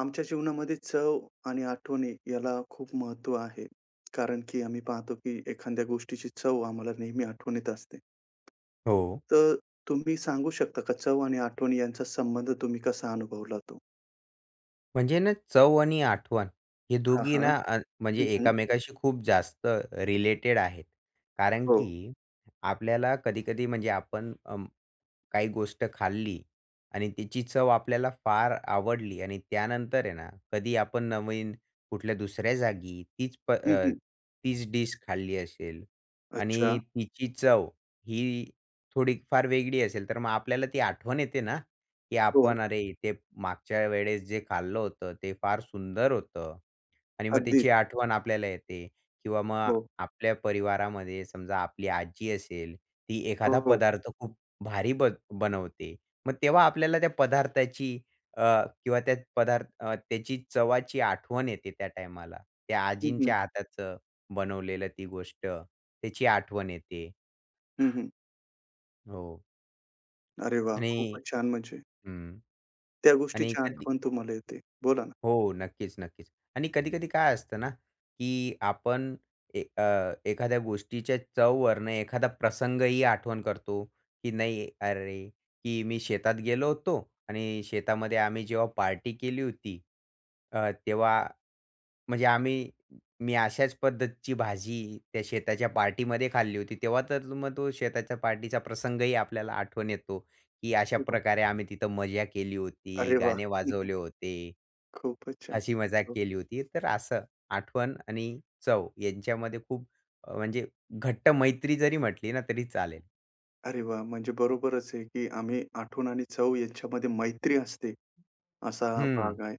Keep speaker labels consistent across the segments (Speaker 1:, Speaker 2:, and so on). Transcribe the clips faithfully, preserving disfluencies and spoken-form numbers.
Speaker 1: आमच्या जीवनामध्ये चव आणि आठवणी याला खूप महत्त्व आहे. कारण की आम्ही पाहतो की एखाद्या गोष्टीची चव आम्हाला नेहमी आठवणीत असते.
Speaker 2: हो.
Speaker 1: तर तुम्ही सांगू शकता का चव आणि आठवणी यांचा संबंध तुम्ही कसा अनुभवला तो?
Speaker 2: म्हणजे ना चव आणि आठवण हे
Speaker 1: हां,
Speaker 2: दोघी
Speaker 1: हां.
Speaker 2: ना अ, म्हणजे
Speaker 1: हं, हं.
Speaker 2: एकामेकाशी खूप जास्त रिलेटेड आहेत. कारण
Speaker 1: हो.
Speaker 2: की आपल्याला कधी-कधी म्हणजे आपण अं, काही गोष्ट खाल्ली आणि त्याची चव आपल्याला फार आवडली आणि त्यानंतर आहे ना, कधी आपण नवीन कुठल्या दुसऱ्या जागी तीच प
Speaker 1: हं,
Speaker 2: अ,
Speaker 1: हं.
Speaker 2: तीच डिश खाल्ली असेल
Speaker 1: अच्छा.
Speaker 2: आणि तिची चव ही थोडीफार वेगळी असेल, तर मग आपल्याला ती आठवण येते ना, की
Speaker 1: हो.
Speaker 2: आपण अरे, ते मागच्या वेळेस जे खाल्लं होतं, ते फार सुंदर होतं आणि मग त्याची
Speaker 1: अगदीच.
Speaker 2: आठवण आपल्याला येते. किंवा मग
Speaker 1: हो.
Speaker 2: आपल्या परिवारामध्ये समजा आपली आजी असेल, ती एखादा
Speaker 1: हो.
Speaker 2: पदार्थ खूप भारी बन बनवते. मग तेव्हा आपल्याला त्या पदार्थाची अ, किंवा त्या पदार्थ अ, त्याची चवाची आठवण येते त्या टायमाला. त्या
Speaker 1: हं, हं.
Speaker 2: आजींच्या हाताचं बनवलेलं ती गोष्ट, त्याची आठवण येते.
Speaker 1: हं, हं.
Speaker 2: हो
Speaker 1: अरे वाह!
Speaker 2: आणि
Speaker 1: खूपच छान म्हणजे
Speaker 2: हं.
Speaker 1: त्या
Speaker 2: आणि
Speaker 1: गोष्टीची
Speaker 2: कधी
Speaker 1: आठवण तुम्हाला येते. बोला ना.
Speaker 2: हो. नक्कीच, नक्कीच. आणि कधी-कधी काय असतं ना, की आपण ए अ, एखाद्या गोष्टीच्या चववरनं एखादा प्रसंगही आठवण करतो, की नाही अरे, की मी शेतात गेलो होतो आणि शेतामध्ये आम्ही जेव्हा पार्टी केली होती, अ, तेव्हा म्हणजे आम्ही मी अशाच पद्धतीची भाजी त्या शेताच्या पार्टीमध्ये खाल्ली होती. तेव्हा तर मग तो शेताच्या पार्टीचा प्रसंगही आपल्याला आठवण येतो. की अशा
Speaker 1: हो, हो.
Speaker 2: प्रकारे आम्ही तिथं मजा केली होती,
Speaker 1: अरे वाह!
Speaker 2: गाणे वाजवले होते.
Speaker 1: खूपच छान.
Speaker 2: हसी मजाक
Speaker 1: हो.
Speaker 2: केली होती. तर असं आठवण आणि चव यांच्यामध्ये खूप अ, म्हणजे घट्ट मैत्री जरी म्हटली ना तरी चालेल.
Speaker 1: अरे वाह! म्हणजे बरोबरच आहे, की आम्ही आठवण आणि चव यांच्यामध्ये मैत्री असते, असा
Speaker 2: हं.
Speaker 1: भाग आहे.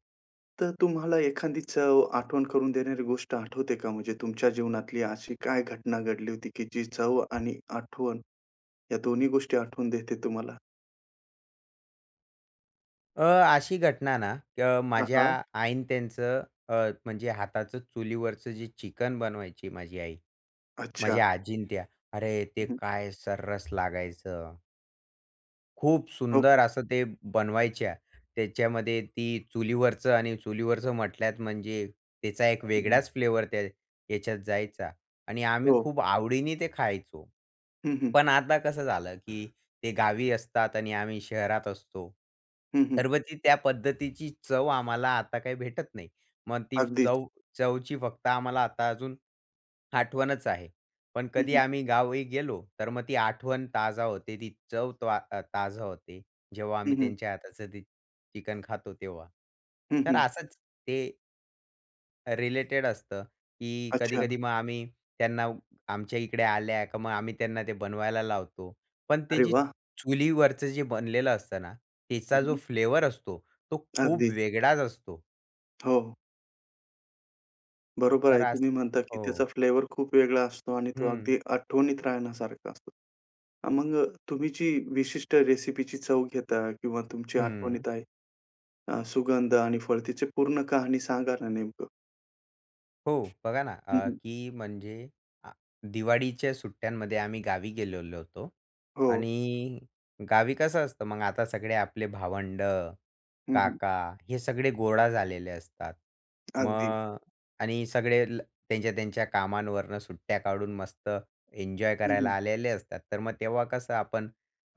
Speaker 1: तर तुम्हाला एखादी चव आठवण करून देणारी गोष्ट आठवते का? म्हणजे तुमच्या जीवनातली अशी काय घटना घडली होती, की जी चव आणि आठवण या दोन्ही गोष्टी आठवून देते तुम्हाला?
Speaker 2: अ, अशी घटना ना अ,
Speaker 1: हां,
Speaker 2: माझ्या
Speaker 1: हां.
Speaker 2: आईनं त्यांचं अ, म्हणजे हाताचं चुलीवरचं जे चिकन बनवायची माझी आई,
Speaker 1: अच्छा.
Speaker 2: माझ्या आजीनं त्या. अरे, ते
Speaker 1: हं,
Speaker 2: काय सर्रास लागायचं. खूप
Speaker 1: हो, हो.
Speaker 2: सुंदर असं ते बनवायच्या. त्याच्यामध्ये ती चुलीवरचं आणि चुलीवरचं म्हटल्यात म्हणजे त्याचा एक
Speaker 1: हं,
Speaker 2: वेगळाच फ्लेवर त्या याच्यात जायचा आणि आम्ही
Speaker 1: हो.
Speaker 2: खूप आवडीने ते खायचो.
Speaker 1: हं, हं.
Speaker 2: पण आता कसं झालं, की ते गावी असतात आणि आम्ही शहरात असतो.
Speaker 1: हं, हं.
Speaker 2: तर मग ती त्या पद्धतीची चव आम्हाला आता काही भेटत नाही. मग ती
Speaker 1: अगदीच.
Speaker 2: चव चवची फक्त आम्हाला आता अजून आठवणच आहे. पण
Speaker 1: हं,
Speaker 2: कधी
Speaker 1: हं.
Speaker 2: आम्ही गावी गेलो, तर मग ती आठवण ताजा होते. ती चव त्वा अ, ताजा होते. जेव्हा
Speaker 1: हं,
Speaker 2: आम्ही
Speaker 1: हं.
Speaker 2: त्यांच्या हाताचं ते चिकन खातो तेव्हा. तर
Speaker 1: हं,
Speaker 2: असंच ते रिलेटेड असतं, की
Speaker 1: अच्छा.
Speaker 2: कधी-कधी मग आम्ही त्यांना आमच्या इकडे आल्या का मग आम्ही त्यांना ते बनवायला लावतो. पण ते
Speaker 1: अरे
Speaker 2: जे
Speaker 1: वाह!
Speaker 2: चुलीवरचं जे बनलेलं असतं ना,
Speaker 1: हं,
Speaker 2: त्याचा जो
Speaker 1: हं.
Speaker 2: फ्लेवर असतो, तो खूप
Speaker 1: अगदीच.
Speaker 2: वेगळाच असतो.
Speaker 1: हो. बरोबर
Speaker 2: तर
Speaker 1: आहे. तुम्ही
Speaker 2: असं
Speaker 1: म्हणता, की
Speaker 2: हो.
Speaker 1: त्याचा फ्लेवर खूप वेगळा असतो आणि तो
Speaker 2: हं,
Speaker 1: अगदी आठवणीत राहण्यासारखा असतो. अ, मग अ, तुम्ही जी विशिष्ट रेसिपीची चव घेता किंवा तुमची
Speaker 2: हं.
Speaker 1: आठवणीत आहे अ, सुगंध आणि फळतीची पूर्ण कहाणी सांगा ना नेमकं?
Speaker 2: हो, बघा ना,
Speaker 1: हं,
Speaker 2: अ,
Speaker 1: हं.
Speaker 2: की म्हणजे आ, दिवाळीच्या सुट्ट्यांमध्ये आम्ही गावी गेलेलो होतो
Speaker 1: हो.
Speaker 2: आणि गावी कसं असतं मग आता सगळे आपले भावंड,
Speaker 1: हं, हं.
Speaker 2: काका हे सगळे गोळा झालेले असतात.
Speaker 1: अगदी.
Speaker 2: मग आणि सगळे ल त्यांच्या त्यांच्या कामांवरनं सुट्ट्या काढून मस्त एन्जॉय
Speaker 1: हं,
Speaker 2: करायला
Speaker 1: हं.
Speaker 2: आलेले असतात. तर मग तेव्हा कसं आपण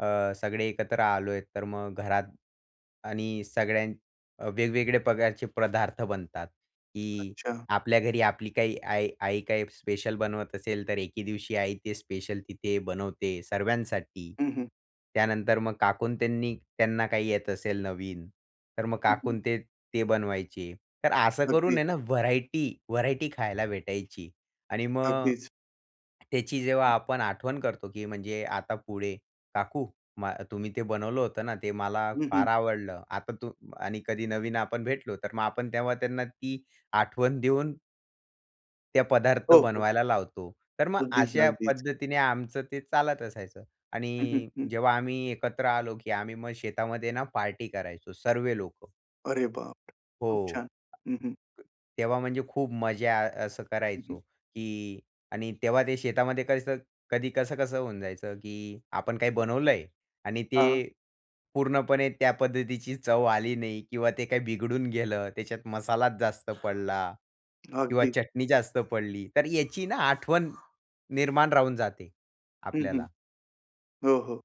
Speaker 2: अ, सगळे एकत्र आलोय तर मग घरात आणि सगळ्यां अ, वेगवेगळे प्रकारचे पदार्थ बनतात, की
Speaker 1: अच्छा.
Speaker 2: आपल्या घरी आपली काही आई आई काही स्पेशल बनवत असेल, तर एके दिवशी आई ते स्पेशल तिथे बनवते सर्वांसाठी.
Speaker 1: हं, हं.
Speaker 2: त्यानंतर मग काकून त्यांनी त्यांना काही येत असेल नवीन, तर मग
Speaker 1: हं, हं.
Speaker 2: काकून ते ते बनवायचे. तर असं करून
Speaker 1: अगदीच,
Speaker 2: आहे ना व्हरायटी, व्हरायटी खायला भेटायची. आणि मग
Speaker 1: अगदीच.
Speaker 2: त्याची जेव्हा आपण आठवण करतो, की म्हणजे आता पुढे, "काकू, मा तुम्ही ते बनवलं होतं ना, ते मला
Speaker 1: हं, हं.
Speaker 2: फार आवडलं." आता तू आणि कधी नवीन आपण भेटलो, तर मग आपण तेव्हा त्यांना ती आठवण देऊन त्या पदार्थ
Speaker 1: हो, हो.
Speaker 2: बनवायला लावतो. तर मग
Speaker 1: अगदीच,
Speaker 2: अशा
Speaker 1: अगदीच.
Speaker 2: पद्धतीने आमचं ते चालत असायचं. आणि
Speaker 1: हं, हं. हं.
Speaker 2: जेव्हा आम्ही एकत्र आलो, की आम्ही मग शेतामध्ये ना पार्टी करायचो सर्व लोक,
Speaker 1: अरे बाप!
Speaker 2: हो.
Speaker 1: खूप छान. हं, हं.
Speaker 2: तेव्हा म्हणजे खूप मजा आ- असं
Speaker 1: हं, हं.
Speaker 2: करायचो, की आणि तेव्हा ते शेतामध्ये कसं कधी कसं-कसं होऊन जायचं, की आपण काही बनवलंय आणि ते
Speaker 1: हां.
Speaker 2: पूर्णपणे त्या पद्धतीची चव आली नाही किंवा ते काही बिघडून गेलं, त्याच्यात मसालाच जास्त पडला. किंवा
Speaker 1: अगदी.
Speaker 2: चटणी जास्त पडली, तर याची ना आठवण निर्माण राहून जाते
Speaker 1: हं, हं.
Speaker 2: आपल्याला.
Speaker 1: हो, हो.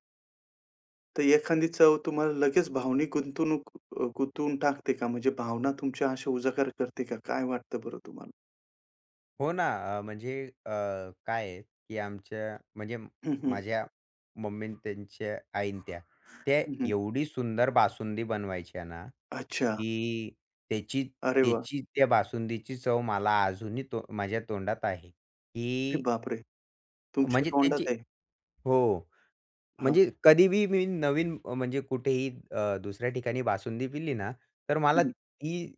Speaker 1: तर एखादी चव तुम्हाला लगेच भावनिक गुंतवणूक अ, गुंतवून टाकते का? म्हणजे भावना तुमच्या अशा उजागर करते का? काय वाटतं बरं तुम्हाला?
Speaker 2: हो ना. अ, म्हणजे अ, काय आहे, की आमच्या म्हणजे म-
Speaker 1: हं, हं.
Speaker 2: माझ्या मम्मी आणि त्यांच्या आईन त्या, त्या
Speaker 1: हं, हं.
Speaker 2: एवढी सुंदर बासुंदी बनवायच्या ना,
Speaker 1: अच्छा.
Speaker 2: की त्याची
Speaker 1: अरे वाह!
Speaker 2: त्याची त्या बासुंदीची चव मला अजूनही तो माझ्या तोंडात आहे,
Speaker 1: अरे
Speaker 2: की
Speaker 1: बापरे! तुमच्या
Speaker 2: म्हणजे त्यांची
Speaker 1: तोंडात आहे.
Speaker 2: हो.
Speaker 1: हां.
Speaker 2: म्हणजे कधीही मी नवीन अ, म्हणजे कुठेही अ, दुसऱ्या ठिकाणी बासुंदी पिली ना, तर
Speaker 1: हं,
Speaker 2: मला
Speaker 1: हं.
Speaker 2: ती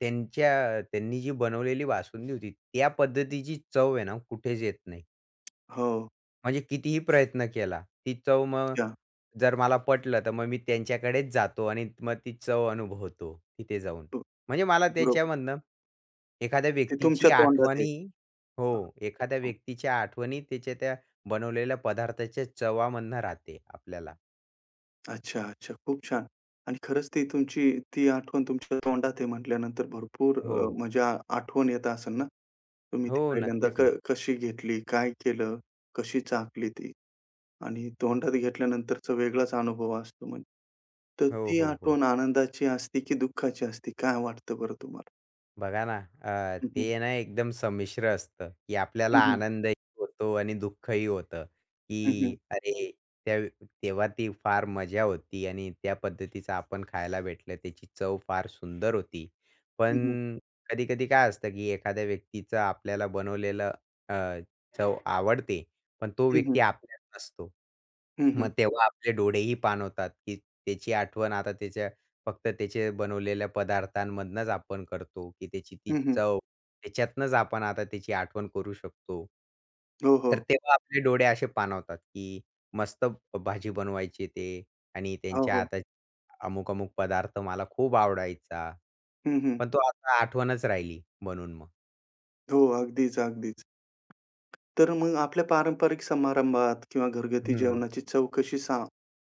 Speaker 2: त्यांच्या त्यांनी जी बनवलेली बासुंदी होती, त्या पद्धतीची चव आहे ना कुठेच येत नाही.
Speaker 1: हो.
Speaker 2: म्हणजे कितीही प्रयत्न केला, ती चव मग
Speaker 1: अच्छा.
Speaker 2: जर मला पटलं, तर मग मी त्यांच्याकडेच जातो आणि मग ती चव अनुभवतो तिथे जाऊन.
Speaker 1: हो.
Speaker 2: म्हणजे मला
Speaker 1: बरोबर.
Speaker 2: त्याच्यामधनं एखाद्या
Speaker 1: ते
Speaker 2: व्यक्तीची
Speaker 1: तुमच्या तोंडात आहे.
Speaker 2: आठवणी हो, एखाद्या व्यक्तीच्या आठवणी त्याच्या त्या बनवलेल्या पदार्थाच्या चवामधनं राहते आपल्याला.
Speaker 1: अच्छा, अच्छा. खूप छान. आणि खरंच ती तुमची ती आठवण तुमच्या तोंडात आहे म्हटल्यानंतर भरपूर
Speaker 2: हो.
Speaker 1: अ, म्हणजे आ आठवण येत असेल ना? तुम्ही
Speaker 2: हो,
Speaker 1: ती पहिल्यांदा
Speaker 2: नक्कीच
Speaker 1: क
Speaker 2: ना.
Speaker 1: कशी घेतली? काय केलं? कशी चाखली ती? आणि तोंडात घेतल्यानंतरचा वेगळाच अनुभव असतो म्हणजे. तर
Speaker 2: हो,
Speaker 1: ती
Speaker 2: हो, हो.
Speaker 1: आठवण आनंदाची असते की दुःखाची असते? काय वाटतं बरं तुम्हाला?
Speaker 2: बघा ना, अ,
Speaker 1: हं, हं.
Speaker 2: ते ना एकदम संमिश्र असतं, की आपल्याला
Speaker 1: हं, हं.
Speaker 2: आनंदही होतो आणि दुःखही होतं, की
Speaker 1: हं, हं.
Speaker 2: अरे, त्या तेव्हा ती फार मजा होती आणि त्या पद्धतीचं आपण खायला भेटलं, त्याची चव फार सुंदर होती.
Speaker 1: हं, हं.
Speaker 2: पण कधी-कधी काय असतं, की एखाद्या व्यक्तीचं आपल्याला बनवलेलं अ, चव आवडते, पण तो
Speaker 1: हं,
Speaker 2: व्यक्ती आपल्यात नसतो. मग तेव्हा आपले डोळेही पाणवतात, की त्याची आठवण आता त्याच्या फक्त त्याचे बनवलेल्या पदार्थांमधनंच आपण करतो, की त्याची ती चव, त्याच्यातनंच आपण आता त्याची आठवण करू शकतो.
Speaker 1: हो,
Speaker 2: तर
Speaker 1: हो.
Speaker 2: तेव्हा आपले डोळे असे पाणावतात, की मस्त भाजी बनवायचे ते आणि
Speaker 1: हो,
Speaker 2: त्यांच्या
Speaker 1: हो.
Speaker 2: हाताची अमुक-अमुक पदार्थ मला खूप आवडायचा.
Speaker 1: हं, हं.
Speaker 2: पण तो आता आठवणच राहिली म्हणून मग.
Speaker 1: हो. अगदीच, अगदीच. तर मग आपल्या पारंपरिक समारंभात किंवा घरगुती
Speaker 2: हं,
Speaker 1: जेवणाची चव कशी सा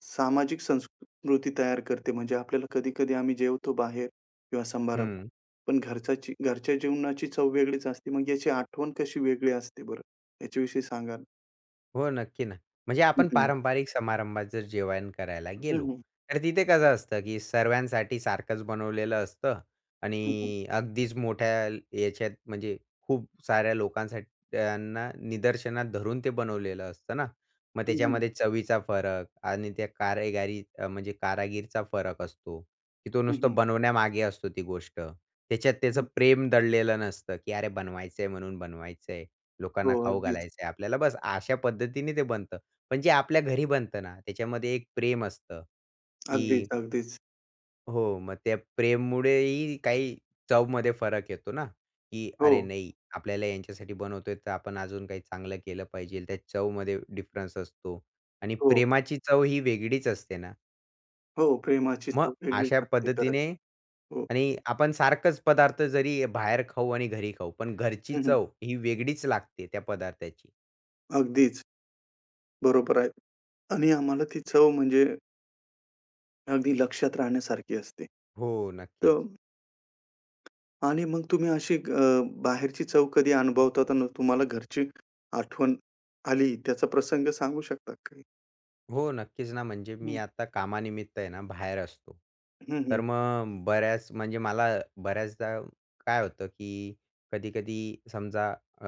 Speaker 1: सामाजिक संस्कृती तयार करते? म्हणजे आपल्याला कधी-कधी आम्ही जेवतो बाहेर किंवा समारंभात,
Speaker 2: हं.
Speaker 1: पण घरच्याची घरच्या जेवणाची चव वेगळीच असते. मग याची आठवण कशी वेगळी असते बरं? याच्याविषयी सांगा ना?
Speaker 2: हो, नक्की ना. म्हणजे
Speaker 1: हं,
Speaker 2: आपण
Speaker 1: हं.
Speaker 2: पारंपरिक समारंभात जर जेवण करायला गेलो,
Speaker 1: हं, हं.
Speaker 2: तर तिथे कसं असतं, की सर्वांसाठी सारखंच बनवलेलं असतं
Speaker 1: हं, हं.
Speaker 2: आणि अगदीच मोठ्या याच्यात म्हणजे खूप साऱ्या लोकांसाठी त्यांना निदर्शनात धरून ते बनवलेलं असतं ना. मग त्याच्यामध्ये चवीचा फरक आणि त्या कारागिरी अ, म्हणजे कारागीरचा फरक असतो, की तो नुसतं बनवण्यामागे असतो ती गोष्ट. त्याच्यात त्याचं प्रेम दडलेलं नसतं, की अरे बनवायचंय म्हणून बनवायचंय.
Speaker 1: हो,
Speaker 2: लोकांना खाऊ
Speaker 1: अगदीच.
Speaker 2: घालायचं आहे आपल्याला बस अशा पद्धतीने ते बनतं. पण जे आपल्या घरी बनतं ना, त्याच्यामध्ये एक प्रेम असतं,
Speaker 1: अगदीच,
Speaker 2: की
Speaker 1: अगदीच.
Speaker 2: हो, मग त्या प्रेममुळेही काही चवमध्ये फरक येतो ना, की
Speaker 1: हो,
Speaker 2: अरे नाही, आपल्याला यांच्यासाठी बनवतोय तर आपण अजून काही चांगलं केलं पाहिजे. त्या चवमध्ये डिफरन्स असतो आणि
Speaker 1: हो,
Speaker 2: प्रेमाची चव ही वेगळीच असते ना.
Speaker 1: हो. प्रेमाची
Speaker 2: मग
Speaker 1: चव वेगळीच
Speaker 2: अशा
Speaker 1: असते खरंच.
Speaker 2: पद्धतीने
Speaker 1: हो.
Speaker 2: आणि आपण सारखंच पदार्थ जरी बाहेर खाऊ आणि घरी खाऊ, पण घरची
Speaker 1: हं,
Speaker 2: चव ही वेगळीच लागते त्या पदार्थाची.
Speaker 1: अगदीच. बरोबर आहे. आणि आम्हाला ती चव म्हणजे अगदी लक्षात राहण्यासारखी असते.
Speaker 2: हो,
Speaker 1: तर
Speaker 2: नक्कीच.
Speaker 1: आणि मग तुम्ही अशी अ, बाहेरची चव कधी अनुभवतात अन् तुम्हाला घरची आठवण आली, त्याचा प्रसंग सांगू शकता का?
Speaker 2: हो, नक्कीच ना. म्हणजे मी
Speaker 1: हं,
Speaker 2: आता कामानिमित्त आहे ना बाहेर असतो.
Speaker 1: हं, हं,
Speaker 2: तर मग बऱ्याच म्हणजे मला बऱ्याचदा काय होतं, की कधी-कधी समजा अ,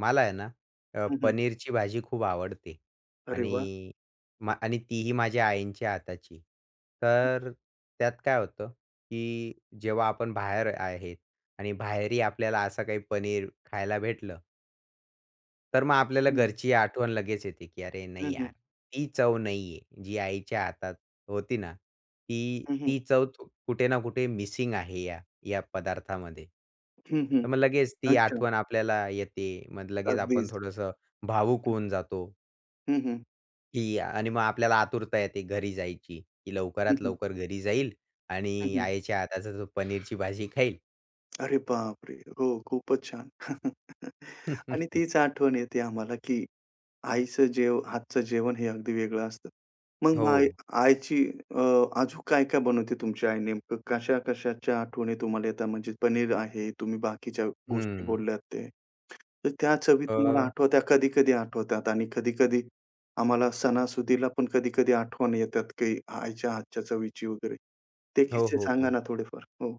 Speaker 2: मला आहे ना अ,
Speaker 1: हं, हं.
Speaker 2: पनीरची भाजी खूप आवडते
Speaker 1: अरे वा
Speaker 2: आणि मा आणि तीही माझ्या आईंच्या हाताची. तर त्यात काय होतं, की जेव्हा आपण बाहेर आहेत आणि बाहेरही आपल्याला असं काही पनीर खायला भेटलं तर मग आपल्याला
Speaker 1: हं,
Speaker 2: घरची आठवण लगेच येते, की "अरे नाही
Speaker 1: हं,
Speaker 2: यार,
Speaker 1: हं,
Speaker 2: ती चव नाहीये, जी आईच्या हातात होती ना, ती
Speaker 1: हं, हं,
Speaker 2: ती चव थो- कुठे ना कुठे मिसिंग आहे या या पदार्थामध्ये."
Speaker 1: हं, हं.
Speaker 2: तर मग लगेच ती
Speaker 1: अच्छा.
Speaker 2: आठवण आपल्याला येते. मग लगेच आपण
Speaker 1: अगदीच.
Speaker 2: थोडंसं भावूक होऊन जातो,
Speaker 1: हं, हं,
Speaker 2: की आणि मग आपल्याला आतुरता येते घरी जायची, की
Speaker 1: हं,
Speaker 2: लवकरात
Speaker 1: हं,
Speaker 2: लवकर घरी जाईल
Speaker 1: हं,
Speaker 2: आणि
Speaker 1: हं.
Speaker 2: आईच्या हाताचा तो पनीरची भाजी खाईल.
Speaker 1: अरे बापरे! हो, खूपच छान. आणि तीच आठवण येते आम्हाला, की आईचं जेव हातचं जेवण हे अगदी वेगळं असतं. मग मग
Speaker 2: हो.
Speaker 1: आई आईची अ, अजून काय-काय बनवते तुमची आई नेमकं? कशा-कशाच्या आठवणी तुम्हाला येतात? म्हणजे पनीर आहे, तुम्ही बाकीच्या गोष्टी
Speaker 2: हं.
Speaker 1: बोलल्यात ते. तर त्या चवी तुम्हाला
Speaker 2: अ,
Speaker 1: आठवत्या कधी-कधी आठवतात आणि कधी-कधी आम्हाला सणासुदीला पण कधी-कधी आठवण येतात की आईच्या हातच्या चवीची वगैरे. ते
Speaker 2: हो,
Speaker 1: किस्से
Speaker 2: हो,
Speaker 1: सांगा
Speaker 2: हो.
Speaker 1: ना थोडेफार? हो.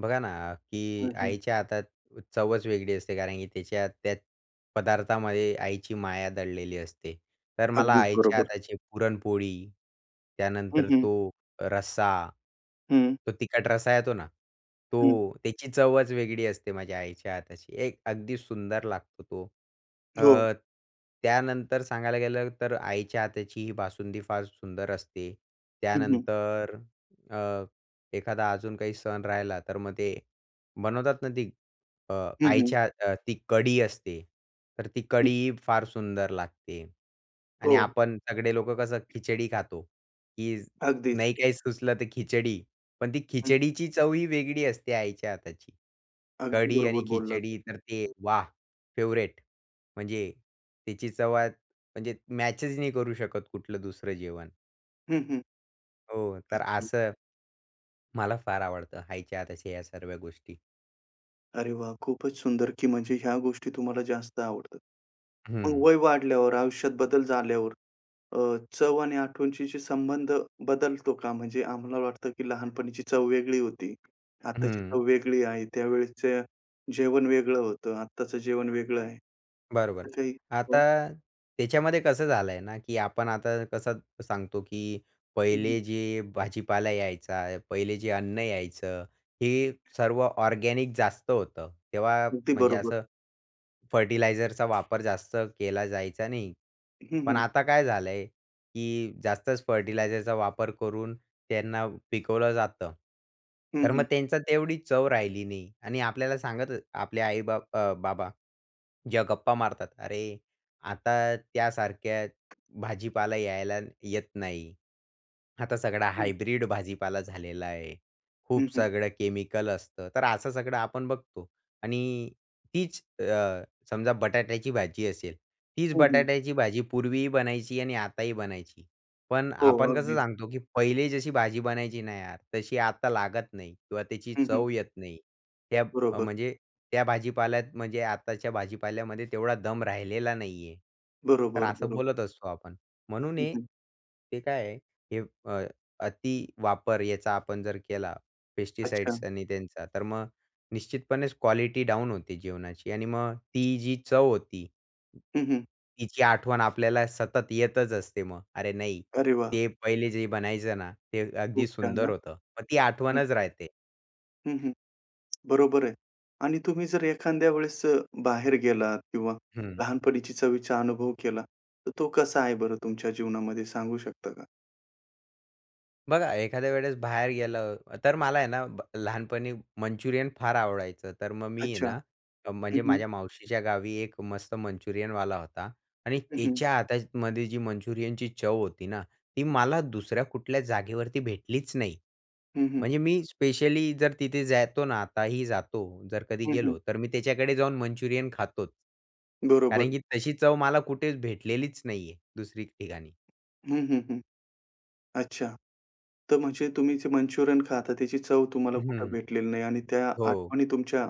Speaker 2: बघा ना, की
Speaker 1: हं, हं.
Speaker 2: आईच्या हातात चवच वेगळी असते कारण की त्याच्या त्या पदार्थामध्ये आईची माया दडलेली असते. तर मला
Speaker 1: अगदीच
Speaker 2: आईच्या
Speaker 1: बरोबर.
Speaker 2: हाताची पुरणपोळी,
Speaker 1: हं,
Speaker 2: त्यानंतर
Speaker 1: हं.
Speaker 2: तो रस्सा,
Speaker 1: हं,
Speaker 2: तो तिखट रस्सा येतो ना,
Speaker 1: हं.
Speaker 2: तो त्याची चवच वेगळी असते माझ्या आईच्या हाताची. एक अगदी सुंदर लागतो तो.
Speaker 1: हो.
Speaker 2: अ, त्यानंतर सांगायला गेलं तर आईच्या हाताची ही बासुंदी फार सुंदर असते.
Speaker 1: हं, हं.
Speaker 2: त्यानंतर एखादा अजून काही सण राहिला, तर मग ते बनवतात ना ती अ,
Speaker 1: हं, हं.
Speaker 2: आईच्या अ, ती कढी असते. तर ती
Speaker 1: हं.
Speaker 2: कढी फार सुंदर लागते.
Speaker 1: हो.
Speaker 2: आणि आपण सगळे लोकं कसं खिचडी खातो, की
Speaker 1: अगदीच.
Speaker 2: नाही काही सुचलं तर खिचडी. पण ती खिचडीची चव ही वेगळी असते आईच्या हाताची.
Speaker 1: अगदी
Speaker 2: कढी आणि
Speaker 1: बरोबर बोललात.
Speaker 2: खिचडी तर ते वाह! फेव्हरेट. म्हणजे त्याची चव आत- म्हणजे मॅचच नाही करू शकत कुठलं दुसरं जेवण.
Speaker 1: हं, हं.
Speaker 2: हो, तर
Speaker 1: अच्छा.
Speaker 2: असं मला फार आवडतं, हायच्या तशा या सर्व गोष्टी.
Speaker 1: अरे वाह! खूपच सुंदर, की म्हणजे ह्या गोष्टी तुम्हाला जास्त आवडतात.
Speaker 2: हं,
Speaker 1: मग वय वाढल्यावर, आयुष्यात बदल झाल्यावर अ, चव आणि आठवणीशी संबंध बदलतो का? म्हणजे आम्हाला वाटतं, की लहानपणीची चव वेगळी होती, आत्ताची
Speaker 2: हं.
Speaker 1: चव वेगळी आहे. त्यावेळेसचं जेवण वेगळं होतं, आत्ताचं जेवण वेगळं आहे.
Speaker 2: बरोबर.
Speaker 1: तर काही हो.
Speaker 2: आता त्याच्यामध्ये कसं झालंय ना, की आपण आता कसं सांगतो, की
Speaker 1: हं, हं.
Speaker 2: पहिले जे भाजीपाला यायचा, पहिले जे अन्न यायचं, हे सर्व ऑर्गॅनिक जास्त होतं. तेव्हा
Speaker 1: अगदी
Speaker 2: म्हणजे
Speaker 1: बरोबर.
Speaker 2: असं फर्टिलायझरचा वापर जास्त केला जायचा नाही.
Speaker 1: हं,
Speaker 2: पण
Speaker 1: हं.
Speaker 2: आता काय झालंय, की जास्तच फर्टिलायझरचा वापर करून त्यांना पिकवलं जातं.
Speaker 1: हं,
Speaker 2: तर मग
Speaker 1: हं.
Speaker 2: त्यांचा तेवढी चव राहिली नाही आणि आपल्याला सांगत आपले आई-बाप अ, बाबा ज्या गप्पा मारतात, "अरे, आता त्यासारख्या भाजीपाला यायला येत नाही. आता सगळा
Speaker 1: हं,
Speaker 2: हायब्रिड भाजीपाला झालेला आहे.
Speaker 1: हं,
Speaker 2: खूप
Speaker 1: हं.
Speaker 2: सगळं केमिकल असतं." तर असं सगळं आपण बघतो आणि तीच अ, समजा बटाट्याची भाजी असेल, तीच
Speaker 1: हं, हं.
Speaker 2: बटाट्याची भाजी पूर्वीही बनायची आणि आताही बनायची. पण
Speaker 1: हो,
Speaker 2: आपण कसं
Speaker 1: अगदीच.
Speaker 2: सांगतो, की पहिले जशी भाजी बनायची ना यार, तशी आता लागत नाही किंवा त्याची
Speaker 1: हं, हं.
Speaker 2: चव येत नाही. त्या अ,
Speaker 1: बरोबर,
Speaker 2: म्हणजे त्या भाजीपाल्यात म्हणजे आताच्या भाजीपाल्यामध्ये तेवढा दम राहिलेला नाहीये. तर
Speaker 1: बरोबर,
Speaker 2: असं
Speaker 1: बरोबर.
Speaker 2: बोलत असतो आपण. म्हणून
Speaker 1: हं,
Speaker 2: हे
Speaker 1: हं.
Speaker 2: ते काय आहे, हे अ, अतिवापर याचा आपण जर केला
Speaker 1: अच्छा.
Speaker 2: पेस्टिसाइड्स आणि त्यांचा, तर मग निश्चितपणेच क्वालिटी डाऊन होते जेवणाची आणि मग ती जी चव होती
Speaker 1: हं, हं.
Speaker 2: तिची आठवण आपल्याला सतत येतच असते मग. अरे नाही,
Speaker 1: अरे वाह!
Speaker 2: ते पहिले जे बनायचं ना, ते अगदी
Speaker 1: खूप छान
Speaker 2: सुंदर
Speaker 1: हां.
Speaker 2: होतं. मग ती
Speaker 1: हं,
Speaker 2: आठवणच राहते.
Speaker 1: हं, हं. बरोबर आहे. आणि तुम्ही जर एखाद्या वेळेस अ, बाहेर गेलात किंवा
Speaker 2: हं.
Speaker 1: लहानपणीची चवीचा अनुभव केला, तर तो कसा आहे बरं तुमच्या जीवनामध्ये सांगू शकता का?
Speaker 2: बघा, एखाद्या वेळेस बाहेर गेलं, तर मला आहे ना, ब लहानपणी मंचुरियन फार आवडायचं. तर मग मी आहे
Speaker 1: अच्छा.
Speaker 2: ना, अ,
Speaker 1: हं,
Speaker 2: म्हणजे
Speaker 1: हं.
Speaker 2: माझ्या मावशीच्या गावी एक मस्त मंचुरियन मंचुरियनवाला होता आणि
Speaker 1: हं, हं.
Speaker 2: त्याच्या हातामध्ये जी मंचुरियनची चव होती ना, ती मला दुसऱ्या कुठल्या जागेवरती भेटलीच नाही.
Speaker 1: हं, हं.
Speaker 2: म्हणजे मी स्पेशली जर तिथे जातो ना, आताही जातो, जर कधी
Speaker 1: हं, हं.
Speaker 2: गेलो, तर मी त्याच्याकडे जाऊन मंचुरियन खातोच.
Speaker 1: बरोबर.
Speaker 2: कारण की तशी चव मला कुठेच भेटलेलीच नाहीये दुसरी ठिकाणी.
Speaker 1: हं, हं, हं. अच्छा. तर म्हणजे तुम्ही जे मंचुरियन खाता त्याची चव तुम्हाला कुठं
Speaker 2: हं,
Speaker 1: भेटलेली नाही आणि त्या
Speaker 2: हो.
Speaker 1: आठवणी तुमच्या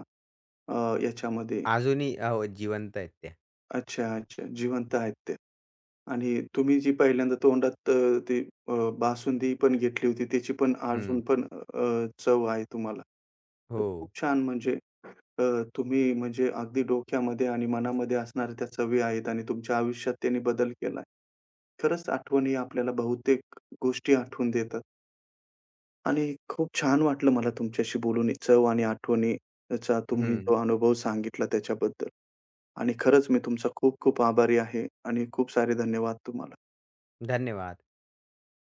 Speaker 1: अ, याच्यामध्ये
Speaker 2: अजूनही अहो, जिवंत आहेत त्या.
Speaker 1: अच्छा, अच्छा. जिवंत आहेत ते. आणि तुम्ही जी पहिल्यांदा तोंडात अ, ती अ, बासुंदी पण घेतली होती, त्याची पण अजून
Speaker 2: हं.
Speaker 1: पण अ, चव आहे तुम्हाला. तर
Speaker 2: हो.
Speaker 1: खूप छान म्हणजे अ, तुम्ही म्हणजे अगदी डोक्यामध्ये आणि मनामध्ये असणाऱ्या त्या चवी आहेत आणि तुमच्या आयुष्यात त्यांनी बदल केलाय. खरंच आठवणी आपल्याला बहुतेक गोष्टी आठवून देतात आणि खूप छान वाटलं मला तुमच्याशी बोलून. चव आणि आठवणीचा तुम्ही
Speaker 2: हं.
Speaker 1: जो अनुभव सांगितला त्याच्याबद्दल. आणि खरंच मी तुमचा खूप खूप आभारी आहे आणि खूप सारे धन्यवाद तुम्हाला.
Speaker 2: धन्यवाद.